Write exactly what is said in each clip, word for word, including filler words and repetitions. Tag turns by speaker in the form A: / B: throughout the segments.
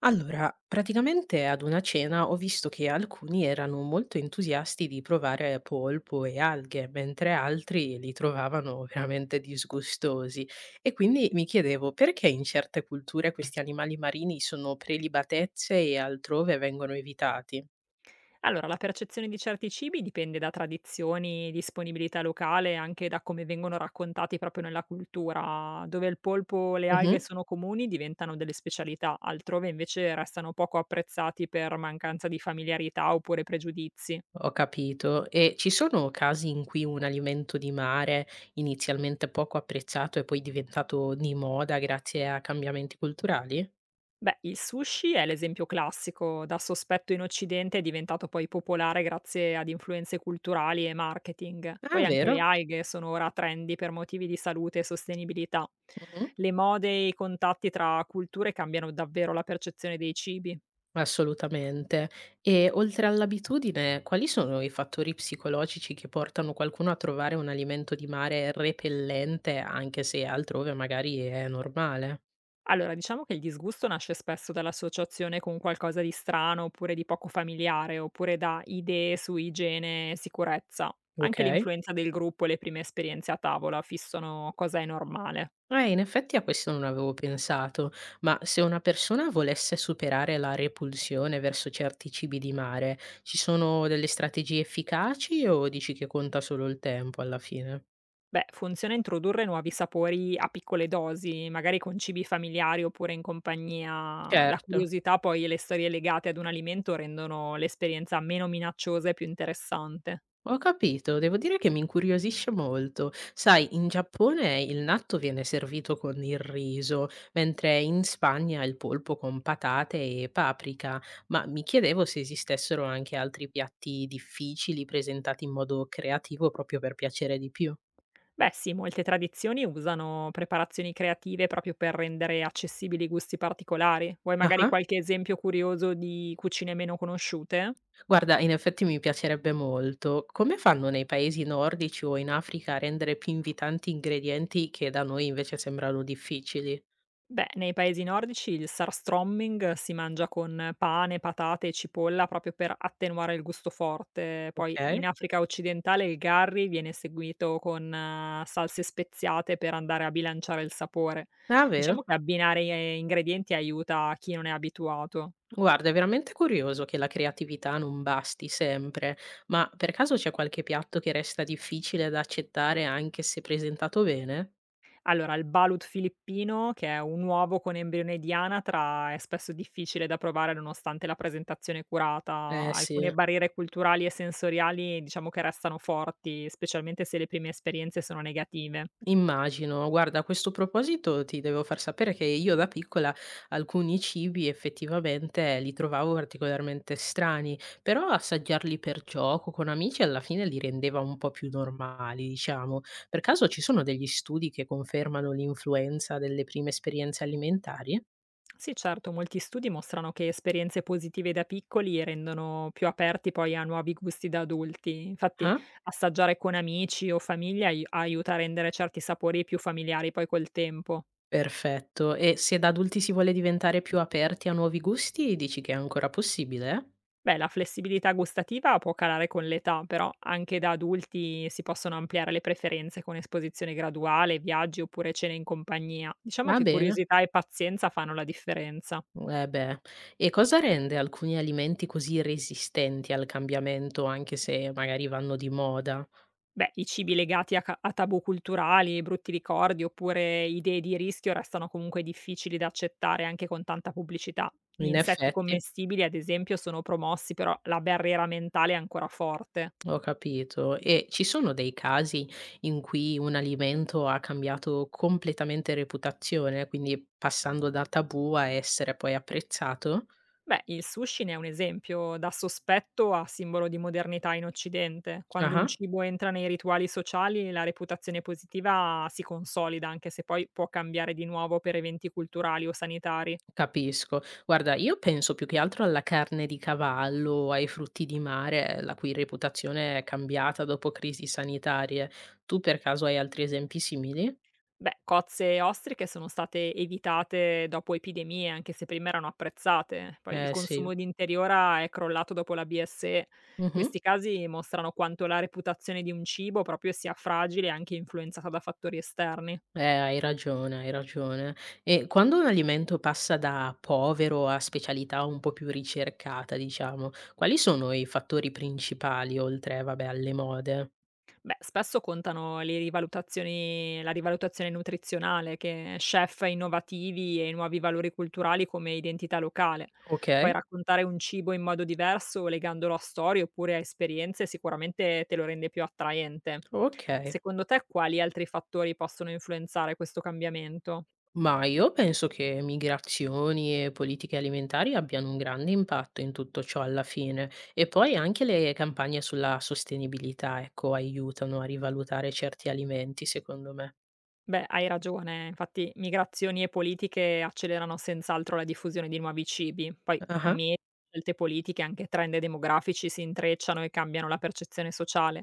A: Allora, praticamente ad una cena ho visto che alcuni erano molto entusiasti di provare polpo e alghe, mentre altri li trovavano veramente disgustosi. E quindi mi chiedevo perché in certe culture questi animali marini sono prelibatezze e altrove vengono evitati.
B: Allora, la percezione di certi cibi dipende da tradizioni, disponibilità locale, anche da come vengono raccontati proprio nella cultura. Dove il polpo e le alghe
A: Mhm.
B: sono comuni diventano delle specialità, altrove invece restano poco apprezzati per mancanza di familiarità oppure pregiudizi.
A: Ho capito. E ci sono casi in cui un alimento di mare, inizialmente poco apprezzato, è poi diventato di moda grazie a cambiamenti culturali?
B: Beh, il sushi è l'esempio classico, da sospetto in Occidente è diventato poi popolare grazie ad influenze culturali e marketing.
A: Ah,
B: Poi anche le
A: vero?
B: alghe sono ora trendy per motivi di salute e sostenibilità.
A: Mh-mh.
B: Le mode e i contatti tra culture cambiano davvero la percezione dei cibi.
A: Assolutamente. E oltre all'abitudine, quali sono i fattori psicologici che portano qualcuno a trovare un alimento di mare repellente, anche se altrove magari è normale?
B: Allora, diciamo che il disgusto nasce spesso dall'associazione con qualcosa di strano oppure di poco familiare, oppure da idee su igiene e sicurezza. Anche
A: Okay.
B: l'influenza del gruppo e le prime esperienze a tavola fissano cosa è normale.
A: Eh, in effetti a questo non avevo pensato, ma se una persona volesse superare la repulsione verso certi cibi di mare, ci sono delle strategie efficaci o dici che conta solo il tempo alla fine?
B: Beh, funziona introdurre nuovi sapori a piccole dosi, magari con cibi familiari oppure in compagnia. La
A: Certo.
B: curiosità poi e le storie legate ad un alimento rendono l'esperienza meno minacciosa e più interessante.
A: Ho capito, devo dire che mi incuriosisce molto. Sai, in Giappone il natto viene servito con il riso, mentre in Spagna il polpo con patate e paprika, ma mi chiedevo se esistessero anche altri piatti difficili presentati in modo creativo proprio per piacere di più.
B: Beh sì, molte tradizioni usano preparazioni creative proprio per rendere accessibili gusti particolari. Vuoi magari
A: Ah,
B: qualche esempio curioso di cucine meno conosciute?
A: guarda, in effetti mi piacerebbe molto. Come fanno nei paesi nordici o in Africa a rendere più invitanti ingredienti che da noi invece sembrano difficili?
B: Beh, nei paesi nordici il surströmming si mangia con pane, patate e cipolla proprio per attenuare il gusto forte. Poi
A: Ok?
B: in Africa occidentale il curry viene seguito con eh, salse speziate per andare a bilanciare il sapore.
A: Ah, vero?
B: Diciamo che abbinare eh, ingredienti aiuta chi non è abituato.
A: Guarda, è veramente curioso che la creatività non basti sempre, ma per caso c'è qualche piatto che resta difficile da accettare anche se presentato bene?
B: Allora, il balut filippino, che è un uovo con embrione di anatra, è spesso difficile da provare nonostante la presentazione
A: Eh
B: curata.
A: sì,
B: Alcune barriere culturali e sensoriali diciamo che restano forti, specialmente se le prime esperienze sono negative.
A: immagino. Guarda, a questo proposito ti devo far sapere che io da piccola alcuni cibi effettivamente li trovavo particolarmente strani, però assaggiarli per gioco con amici alla fine li rendeva un po' più normali, diciamo. Per caso ci sono degli studi che confermano l'influenza delle prime esperienze alimentari?
B: Sì, certo, molti studi mostrano che esperienze positive da piccoli rendono più aperti poi a nuovi gusti da adulti. Infatti,
A: Ah?
B: assaggiare con amici o famiglia ai- aiuta a rendere certi sapori più familiari poi col tempo.
A: Perfetto. E se da adulti si vuole diventare più aperti a nuovi gusti, dici che è ancora possibile?
B: Beh, la flessibilità gustativa può calare con l'età, però anche da adulti si possono ampliare le preferenze con esposizione graduale, viaggi oppure cene in compagnia. Diciamo
A: Ah,
B: che
A: bene.
B: curiosità e pazienza fanno la differenza.
A: Eh beh. E cosa rende alcuni alimenti così resistenti al cambiamento, anche se magari vanno di moda?
B: Beh, i cibi legati a, ca- a tabù culturali, brutti ricordi oppure idee di rischio restano comunque difficili da accettare anche con tanta pubblicità. Gli
A: In
B: insetti
A: effetti,
B: commestibili, ad esempio, sono promossi, però la barriera mentale è ancora forte.
A: ho capito. E ci sono dei casi in cui un alimento ha cambiato completamente reputazione, quindi passando da tabù a essere poi apprezzato?
B: Beh, il sushi ne è un esempio, da sospetto a simbolo di modernità in Occidente. Quando un
A: Ah.
B: cibo entra nei rituali sociali, la reputazione positiva si consolida, anche se poi può cambiare di nuovo per eventi culturali o sanitari.
A: Capisco. Guarda, io penso più che altro alla carne di cavallo, ai frutti di mare, la cui reputazione è cambiata dopo crisi sanitarie. Tu per caso hai altri esempi simili?
B: Beh, cozze e ostriche sono state evitate dopo epidemie, anche se prima erano apprezzate. Poi il
A: Eh sì.
B: consumo di interiora è crollato dopo la B S E.
A: Mh-mh.
B: Questi casi mostrano quanto la reputazione di un cibo proprio sia fragile e anche influenzata da fattori esterni.
A: Eh, hai ragione, hai ragione. E quando un alimento passa da povero a specialità un po' più ricercata, diciamo, quali sono i fattori principali oltre, vabbè, alle mode?
B: Beh, spesso contano le rivalutazioni la rivalutazione nutrizionale che chef innovativi e nuovi valori culturali come identità locale. Poi
A: Okay,
B: raccontare un cibo in modo diverso, legandolo a storie oppure a esperienze, sicuramente te lo rende più attraente.
A: okay.
B: Secondo te quali altri fattori possono influenzare questo cambiamento?
A: Ma io penso che migrazioni e politiche alimentari abbiano un grande impatto in tutto ciò alla fine e poi anche le campagne sulla sostenibilità, ecco, aiutano a rivalutare certi alimenti, secondo me.
B: Beh, hai ragione. Infatti, migrazioni e politiche accelerano senz'altro la diffusione di nuovi cibi. Poi,
A: Ah-ah,
B: mie scelte politiche, anche trend demografici si intrecciano e cambiano la percezione sociale.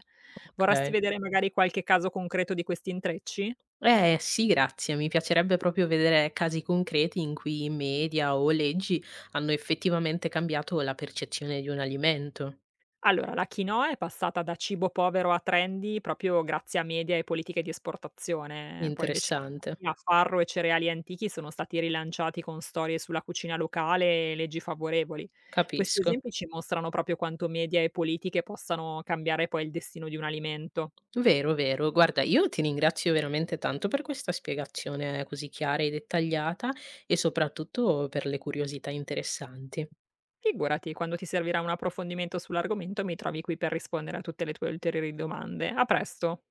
B: Vorresti
A: okay.
B: vedere magari qualche caso concreto di questi intrecci?
A: Eh sì, grazie. Mi piacerebbe proprio vedere casi concreti in cui i media o leggi hanno effettivamente cambiato la percezione di un alimento.
B: Allora, la quinoa è passata da cibo povero a trendy proprio grazie a media e politiche di esportazione. Poi invece
A: Interessante.
B: a farro e cereali antichi sono stati rilanciati con storie sulla cucina locale e leggi favorevoli. Questi
A: Capisco.
B: esempi ci mostrano proprio quanto media e politiche possano cambiare poi il destino di un alimento.
A: Vero, vero. Guarda, io ti ringrazio veramente tanto per questa spiegazione così chiara e dettagliata e soprattutto per le curiosità interessanti.
B: Figurati, quando ti servirà un approfondimento sull'argomento mi trovi qui per rispondere a tutte le tue ulteriori domande. A presto!